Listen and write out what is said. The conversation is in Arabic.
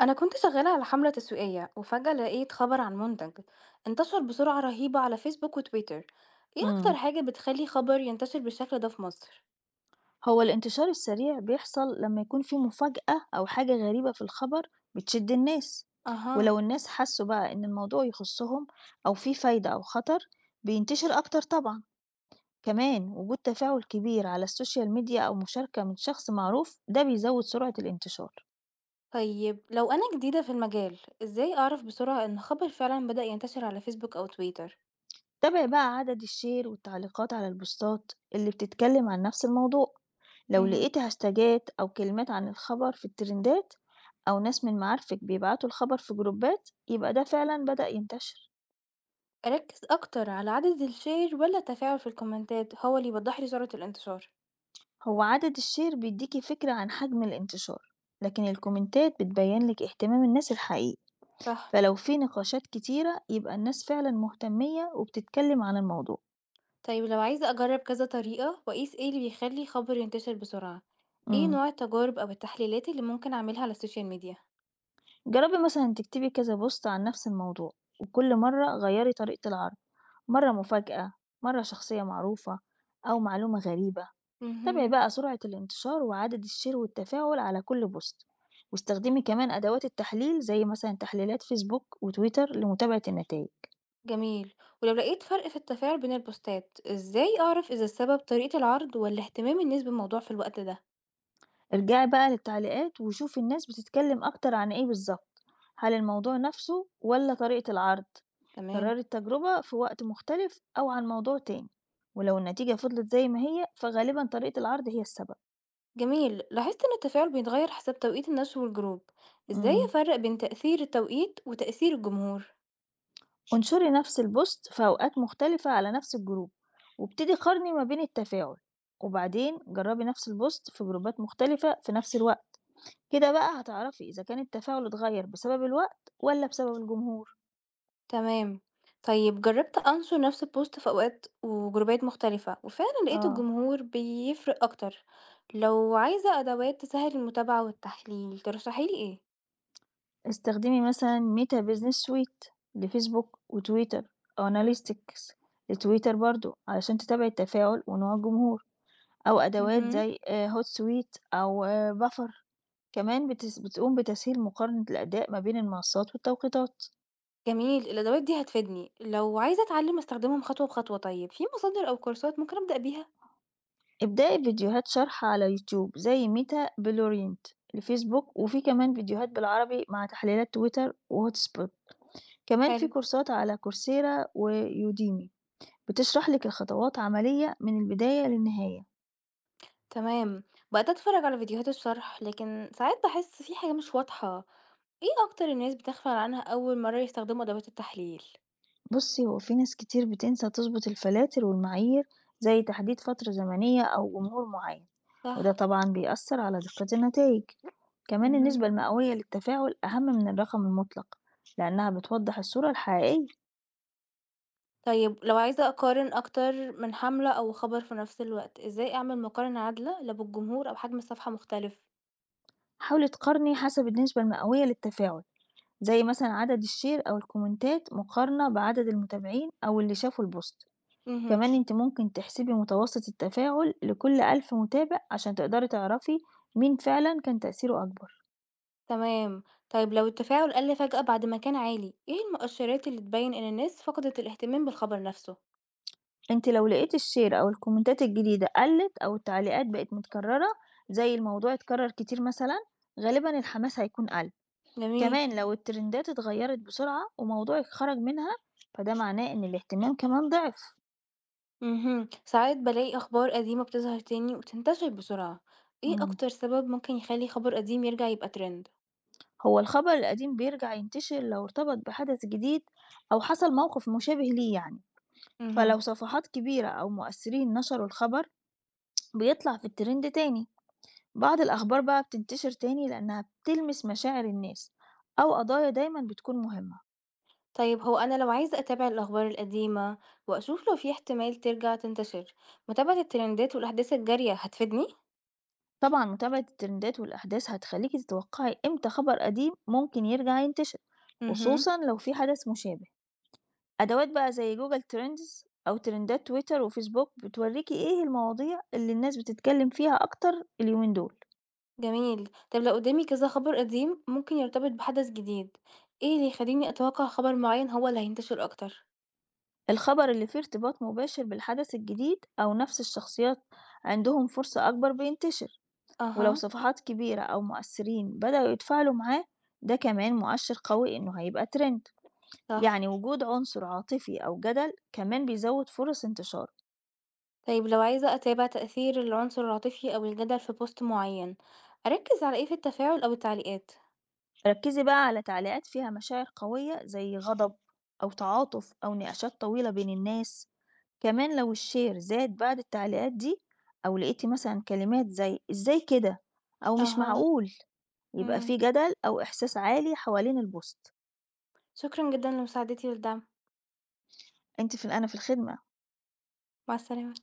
أنا كنت شغالة على حملة تسويقية وفجأة لقيت خبر عن منتج انتشر بسرعة رهيبة على فيسبوك وتويتر. ايه إمم. أكتر حاجة بتخلي خبر ينتشر بالشكل ده في مصر؟ هو الانتشار السريع بيحصل لمّا يكون في مفاجأة أو حاجة غريبة في الخبر بتشد الناس، أها. ولو الناس حسوا بقى إن الموضوع يخصهم أو في فايدة أو خطر بينتشر أكتر طبعًا، كمان وجود تفاعل كبير على السوشيال ميديا أو مشاركة من شخص معروف ده بيزود سرعة الانتشار. طيب لو أنا جديدة في المجال ازاي أعرف بسرعة إن خبر فعلا بدأ ينتشر على فيسبوك أو تويتر؟ تابع بقى عدد الشير والتعليقات على البوستات اللي بتتكلم عن نفس الموضوع، لو مهم. لقيت هاشتاجات أو كلمات عن الخبر في الترندات أو ناس من معارفك بيبعتوا الخبر في جروبات يبقى ده فعلا بدأ ينتشر. أركز أكتر على عدد الشير ولا التفاعل في الكومنتات هو اللي يوضح لي سرعة الانتشار؟ هو عدد الشير بيديكي فكرة عن حجم الانتشار لكن الكومنتات بتبين لك اهتمام الناس الحقيقي، صح. فلو في نقاشات كتيرة يبقى الناس فعلا مهتمية وبتتكلم عن الموضوع. طيب لو عايزة أجرب كذا طريقة وأقيس ايه اللي بيخلي خبر ينتشر بسرعة، ايه مم. نوع التجارب أو التحليلات اللي ممكن أعملها على السوشيال ميديا؟ جربي مثلا تكتبي كذا بوست عن نفس الموضوع، وكل مرة غيري طريقة العرض، مرة مفاجأة، مرة شخصية معروفة أو معلومة غريبة. تابعي مهم. بقى سرعة الانتشار وعدد الشير والتفاعل على كل بوست، واستخدمي كمان أدوات التحليل زي مثلا تحليلات فيسبوك وتويتر لمتابعة النتائج. جميل. ولو لقيت فرق في التفاعل بين البوستات ازاي أعرف إذا السبب طريقة العرض ولا اهتمام الناس بالموضوع في الوقت ده؟ ارجعي بقى للتعليقات وشوفي الناس بتتكلم أكتر عن إيه بالظبط، هل الموضوع نفسه ولا طريقة العرض. تمام. كرري التجربة في وقت مختلف أو عن موضوع تاني، ولو النتيجة فضلت زي ما هي فغالبا طريقة العرض هي السبب. جميل، لاحظت إن التفاعل بيتغير حسب توقيت النشر والجروب، ازاي مم. أفرق بين تأثير التوقيت وتأثير الجمهور؟ انشري نفس البوست في أوقات مختلفة على نفس الجروب وابتدي قارني ما بين التفاعل، وبعدين جربي نفس البوست في جروبات مختلفة في نفس الوقت. كده بقى هتعرفي إذا كان التفاعل اتغير بسبب الوقت ولا بسبب الجمهور. تمام. طيب جرّبت أنشر نفس البوست في أوقات وجروبات مختلفة، وفعلًا لقيت اه. الجمهور بيفرق أكتر. لو عايزة أدوات تسهّل المتابعة والتحليل، ترشحي لي إيه؟ استخدمي مثلا ميتا بيزنس سويت لفيسبوك وتويتر، أو أناليستكس لتويتر برضو علشان تتابعي التفاعل ونوع الجمهور، أو أدوات اهم. زي Hotsuite أو Buffer. كمان بتس بتقوم بتسهيل مقارنة الأداء ما بين المنصات والتوقيتات. جميل، الأدوات دي هتفيدني. لو عايزة أتعلم أستخدمهم خطوة بخطوة طيب، في مصادر أو كورسات ممكن أبدأ بيها؟ ابدأي بفيديوهات شرح على يوتيوب زي ميتا بلورينت لفيسبوك، وفي كمان فيديوهات بالعربي مع تحليلات تويتر وHotspot. كمان حلو. في كورسات على كورسيرا ويوديمي بتشرح لِك الخطوات عملية من البداية للنهاية. تمام. بقيت أتفرّج على فيديوهات الشرح، لكن ساعات باحس في حاجة مش واضحة. إيه أكتر الناس بتغفل عنها أول مرّة يستخدموا أدوات التحليل؟ بُصّي، هو في ناس كتير بتنسى تضبط الفلاتر والمعايير زي تحديد فترة زمنية أو جمهور معين، وده صح. طبعًا بيأثّر على دقة النتايج. كمان اهم. النسبة المئوية للتفاعل أهم من الرقم المطلق، لأنها بتوضح الصورة الحقيقية. طيب لو عايزة أقارن أكتر من حملة أو خبر في نفس الوقت، إزاي أعمل مقارنة عادلة لا بالجمهور أو حجم الصفحة مختلف؟ حاولي تقارني حسب النسبة المئوية للتفاعل، زي مثلًا عدد الشير أو الكومنتات مقارنة بعدد المتابعين أو اللي شافوا البوست. اهم. كمان أنتِ ممكن تحسبي متوسط التفاعل لكل 1000 متابع عشان تقدري تعرفي مين فعلًا كان تأثيره أكبر. تمام. طيب لو التفاعل قل فجأة بعد ما كان عالي، إيه المؤشرات اللي تبين إن الناس فقدت الاهتمام بالخبر نفسه؟ أنتِ لو لقيتِ الشير أو الكومنتات الجديدة قلّت أو التعليقات بقت متكررة، زي الموضوع اتكرر كتير مثلًا، غالبًا الحماس هيكون قَل. جميل. كمان لو الترندات اتغيّرت بسرعة وموضوعِك خرج منها، فده معناه إن الاهتمام كمان ضِعف. اهم، ساعات بلاقي أخبار قديمة بتظهر تاني وبتنتشر بسرعة، إيه إمم. أكتر سبب ممكن يخلي خبر قديم يرجع يبقى ترند؟ هو الخبر القديم بيرجع ينتشر لو ارتبط بحدث جديد أو حصل موقف مشابه ليه يعني، اهم. فلو صفحات كبيرة أو مؤثرين نشروا الخبر، بيطلع في الترند تاني. بعض الأخبار بقى بتنتشر تاني لأنها بتلمس مشاعر الناس أو قضايا دايما بتكون مهمة. طيب هو أنا لو عايزة أتابع الأخبار القديمة وأشوف لو في احتمال ترجع تنتشر، متابعة الترندات والأحداث الجارية هتفيدني؟ طبعا متابعة الترندات والأحداث هتخليكي تتوقعي إمتى خبر قديم ممكن يرجع ينتشر، مهم. خصوصا لو في حدث مشابه. أدوات بقى زي جوجل ترندز أو ترندات تويتر وفيسبوك بتوريكي إيه المواضيع اللي الناس بتتكلم فيها أكتر اليومين دول. جميل، طب لو قدامي كذا خبر قديم ممكن يرتبط بحدث جديد، ايه اللي يخليني أتوقع خبر معين هو اللي هينتشر أكتر؟ الخبر اللي فيه ارتباط مباشر بالحدث الجديد أو نفس الشخصيات عندهم فرصة أكبر بينتشر، ولو أها. صفحات كبيرة أو مؤثرين بدأوا يتفاعلوا معاه ده كمان مؤشر قوي إنه هيبقى ترند. صح، يعني وجود عنصر عاطفي أو جدل كمان بيزود فرص انتشاره. طيب لو عايزة أتابع تأثير العنصر العاطفي أو الجدل في بوست معين، أركز على ايه في التفاعل أو التعليقات؟ ركزي بقى على تعليقات فيها مشاعر قوية زي غضب أو تعاطف أو نقاشات طويلة بين الناس، كمان لو الشير زاد بعد التعليقات دي أو لقيتي مثلا كلمات زي إزاي كده أو مش أها. معقول يبقى في مم. جدل أو إحساس عالي حوالين البوست. شكرا جدا لمساعدتي والدعم، انت في الأنا في الخدمة. مع السلامة.